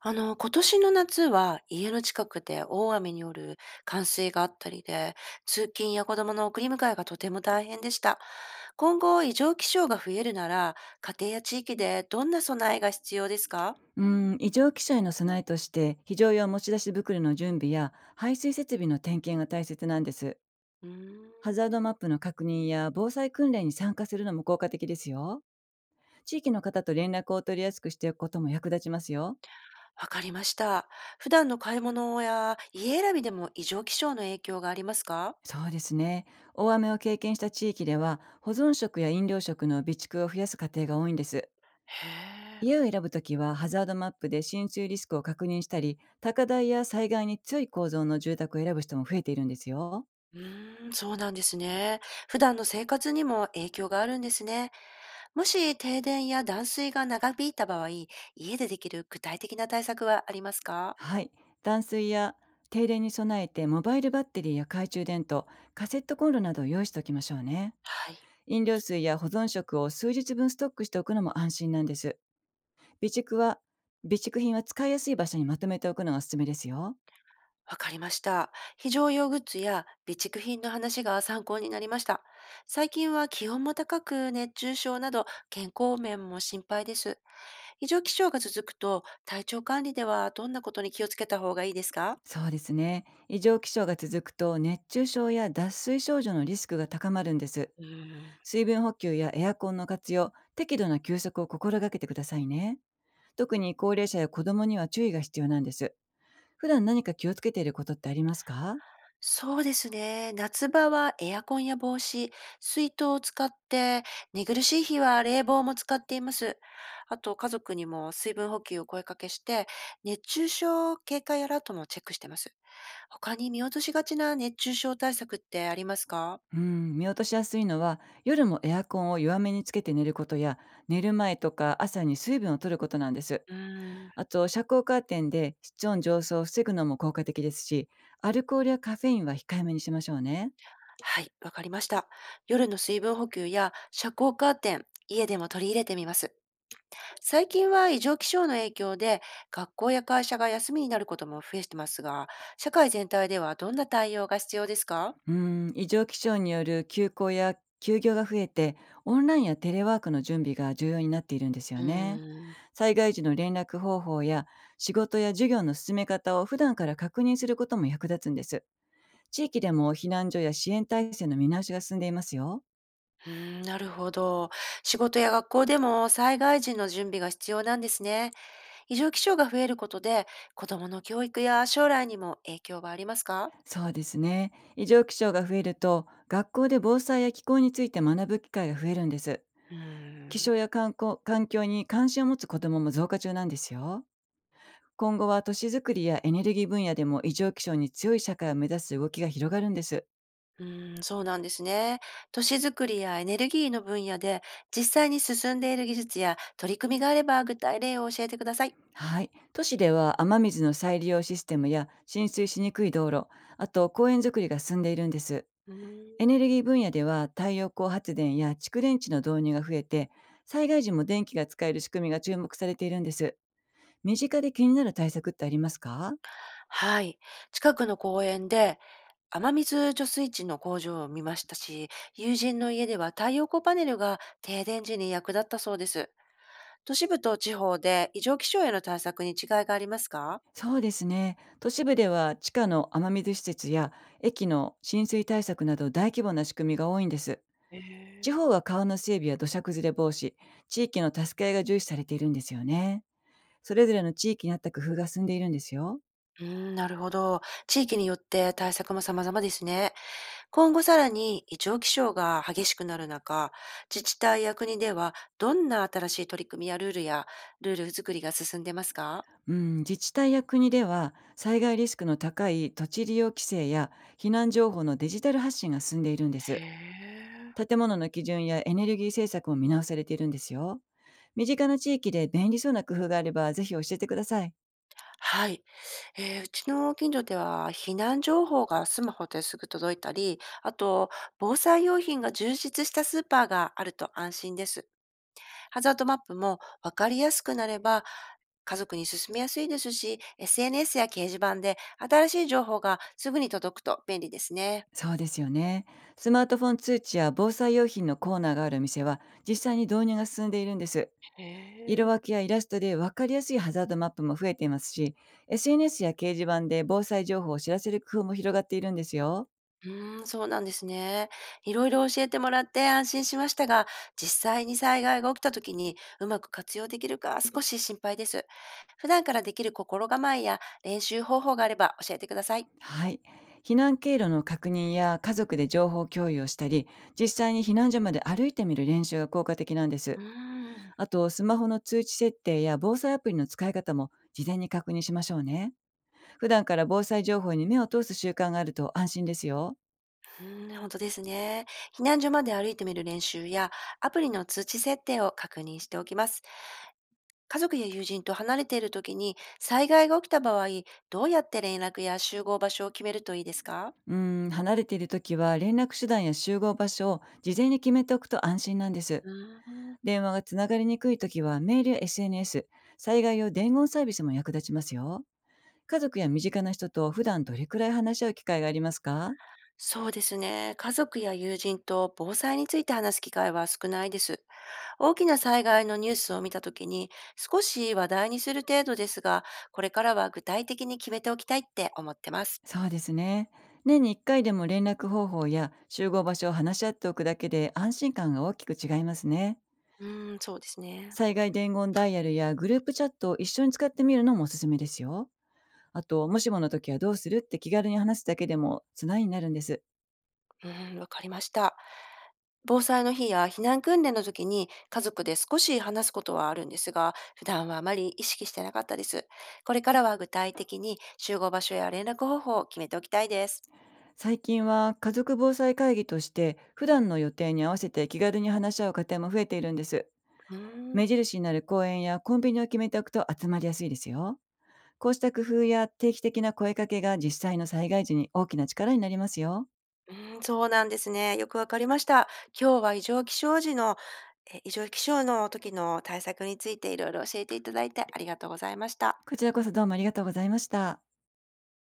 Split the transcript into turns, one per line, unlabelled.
今年の夏は家の近くで大雨による冠水があったりで、通勤や子供の送り迎えがとても大変でした。今後、異常気象が増えるなら、家庭や地域でどんな備えが必要ですか？
うーん、異常気象への備えとして、非常用持ち出し袋の準備や排水設備の点検が大切なんです。
わ
ハザードマップの確認や防災訓練に参加するのも効果的ですよ。地域の方と連絡を取りやすくしておくことも役立ちますよ。
かりました。普段の買い物や家選びでも異常気象の影響がありますか？
そうですね。大雨を経験した地域では、保存食や飲料食の備蓄を増やす家庭が多いんです。
へえ。
家を選ぶときは、ハザードマップで浸水リスクを確認したり、高台や災害に強い構造の住宅を選ぶ人も増えているんですよ。
そうなんですね。普段の生活にも影響があるんですね。もし停電や断水が長引いた場合、家でできる具体的な対策はありますか？
はい、断水や停電に備えてモバイルバッテリーや懐中電灯、カセットコンロなどを用意しておきましょうね。
はい、
飲料水や保存食を数日分ストックしておくのも安心なんです。備蓄は、備蓄品は使いやすい場所にまとめておくのがおすすめですよ。
わかりました。非常用グッズや備蓄品の話が参考になりました。最近は気温も高く熱中症など健康面も心配です。異常気象が続くと体調管理ではどんなことに気をつけた方がいいですか？
そうですね。異常気象が続くと熱中症や脱水症状のリスクが高まるんです。
うーん
水分補給やエアコンの活用、適度な休息を心がけてくださいね。特に高齢者や子供には注意が必要なんです。普段何か気をつけていることってありますか？
そうですね。夏場はエアコンや帽子、水筒を使って、寝苦しい日は冷房も使っています。あと、家族にも水分補給を声かけして、熱中症警戒アラートもチェックしてます。他に見落としがちな熱中症対策ってありますか？
うん、見落としやすいのは夜もエアコンを弱めにつけて寝ることや寝る前とか朝に水分を取ることなんです。
うーん、
あと遮光カーテンで室温上昇を防ぐのも効果的ですし、アルコールやカフェインは控えめにしましょうね。
はい、わかりました。夜の水分補給や遮光カーテン、家でも取り入れてみます。最近は異常気象の影響で学校や会社が休みになることも増えてますが、社会全体ではどんな対応が必要ですか？
うん、異常気象による休校や休業が増えて、オンラインやテレワークの準備が重要になっているんです
う
よ
ー
ね。
ん、う
災害時の連絡方法や仕事や授業の進め方を普段から確認することも役立つんです。地域でも避難所や支援体制の見直しが進んでいますよ。
ーん、なるほど。仕事や学校でも災害時の準備が必要なんですね。異常気象が増えることで子供の教育や将来にも影響はありますか？
そうですね。異常気象が増えると、学校で防災や気候について学ぶ機会が増えるんです。
うー
気
ん、
象や観光環境に関心を持つ子どもも増加中なんですよ。今後は都市づくりやエネルギー分野でも異常気象に強い社会を目指す動きが広がるんです。
うーん、そうなんですね。都市づくりやエネルギーの分野で実際に進んでいる技術や取り組みがあれば具体例を教えてください。
はい。都市では雨水の再利用システムや浸水しにくい道路、あと公園づくりが進んでいるんです。
うー
エ
ん、
ネルギー分野では太陽光発電や蓄電池の導入が増えて、災害時も電気が使える仕組みが注目されているんです。身近で気になる対策ってありますか？
はい。近くの公園で雨水除水池の工場を見ましたし、友人の家では太陽光パネルが停電時に役立ったそうです。都市部と地方で異常気象への対策に違いがありますか？
そうですね、都市部では地下の雨水施設や駅の浸水対策など大規模な仕組みが多いんです。地
え
方は川の整備や土砂崩れ防止、地域の助け合いが重視されているんですよね。それぞれの地域にあった工夫が進んでいるんですよ。
うーん、なるほど。地域によって対策も様々ですね。今後さらに異常気象が激しくなる中、自治体や国ではどんな新しい取り組みやルール作りが進んでますか？
うん、自治体や国では災害リスクの高い土地利用規制や避難情報のデジタル発信が進んでいるんで
へ
す。
え。
建物の基準やエネルギー政策も見直されているんですよ。身近な地域で便利そうな工夫があればぜひ教えてください。
はい。うちの近所では避難情報がスマホですぐ届いたり、あと防災用品が充実したスーパーがあると安心です。ハザードマップもわかりやすくなれば家族に進めやすいですし、SNS や掲示板で新しい情報がすぐに届くと便利ですね。
そうですよね。スマートフォン通知や防災用品のコーナーがある店は実際に導入が進んでいるんです。
へ
色
え。
分けやイラストで分かりやすいハザードマップも増えていますし、SNS や掲示板で防災情報を知らせる工夫も広がっているんですよ。
そうなんですね。いろいろ教えてもらって安心しましたが、実際に災害が起きた時にうまく活用できるか少し心配です。普段からできる心構えや練習方法があれば教えてください。
はい。避難経路の確認や家族で情報共有をしたり、実際に避難所まで歩いてみる練習が効果的なんで
う
す。
ーん。
あと、スマホの通知設定や防災アプリの使い方も事前に確認しましょうね。普段から防災情報に目を通す習慣があると安心ですよ。
本当ですね。避難所まで歩いてみる練習や、アプリの通知設定を確認しておきます。家族や友人と離れている時に、災害が起きた場合、どうやって連絡や集合場所を決めるといいですか？
うーん、離れているときは連絡手段や集合場所を事前に決めておくと安心なんです。
うーん
電話がつながりにくいときはメールや SNS、災害用伝言サービスも役立ちますよ。家族や身近な人と普段どれくらい話し合う機会がありますか？
そうですね。家族や友人と防災について話す機会は少ないです。大きな災害のニュースを見たときに、少し話題にする程度ですが、これからは具体的に決めておきたいって思ってます。
そうですね。年に1回でも連絡方法や集合場所を話し合っておくだけで安心感が大きく違いますね。
うーん、そうですね。
災害伝言ダイヤルやグループチャットを一緒に使ってみるのもおすすめですよ。あと、もしもの時はどうするって気軽に話すだけでもつないになるんです。
わかりました。防災の日や避難訓練の時に家族で少し話すことはあるんですが、普段はあまり意識してなかったです。これからは具体的に集合場所や連絡方法を決めておきたいです。
最近は家族防災会議として普段の予定に合わせて気軽に話し合う家庭も増えているんです。
うーん、
目印になる公園やコンビニを決めておくと集まりやすいですよ。こうした工夫や定期的な声かけが実際の災害時に大きな力になりますよ。
うーん、そうなんですね。よくわかりました。今日は異常気象の時の対策についていろいろ教えていただいてありがとうございました。
こちらこそどうもありがとうございました。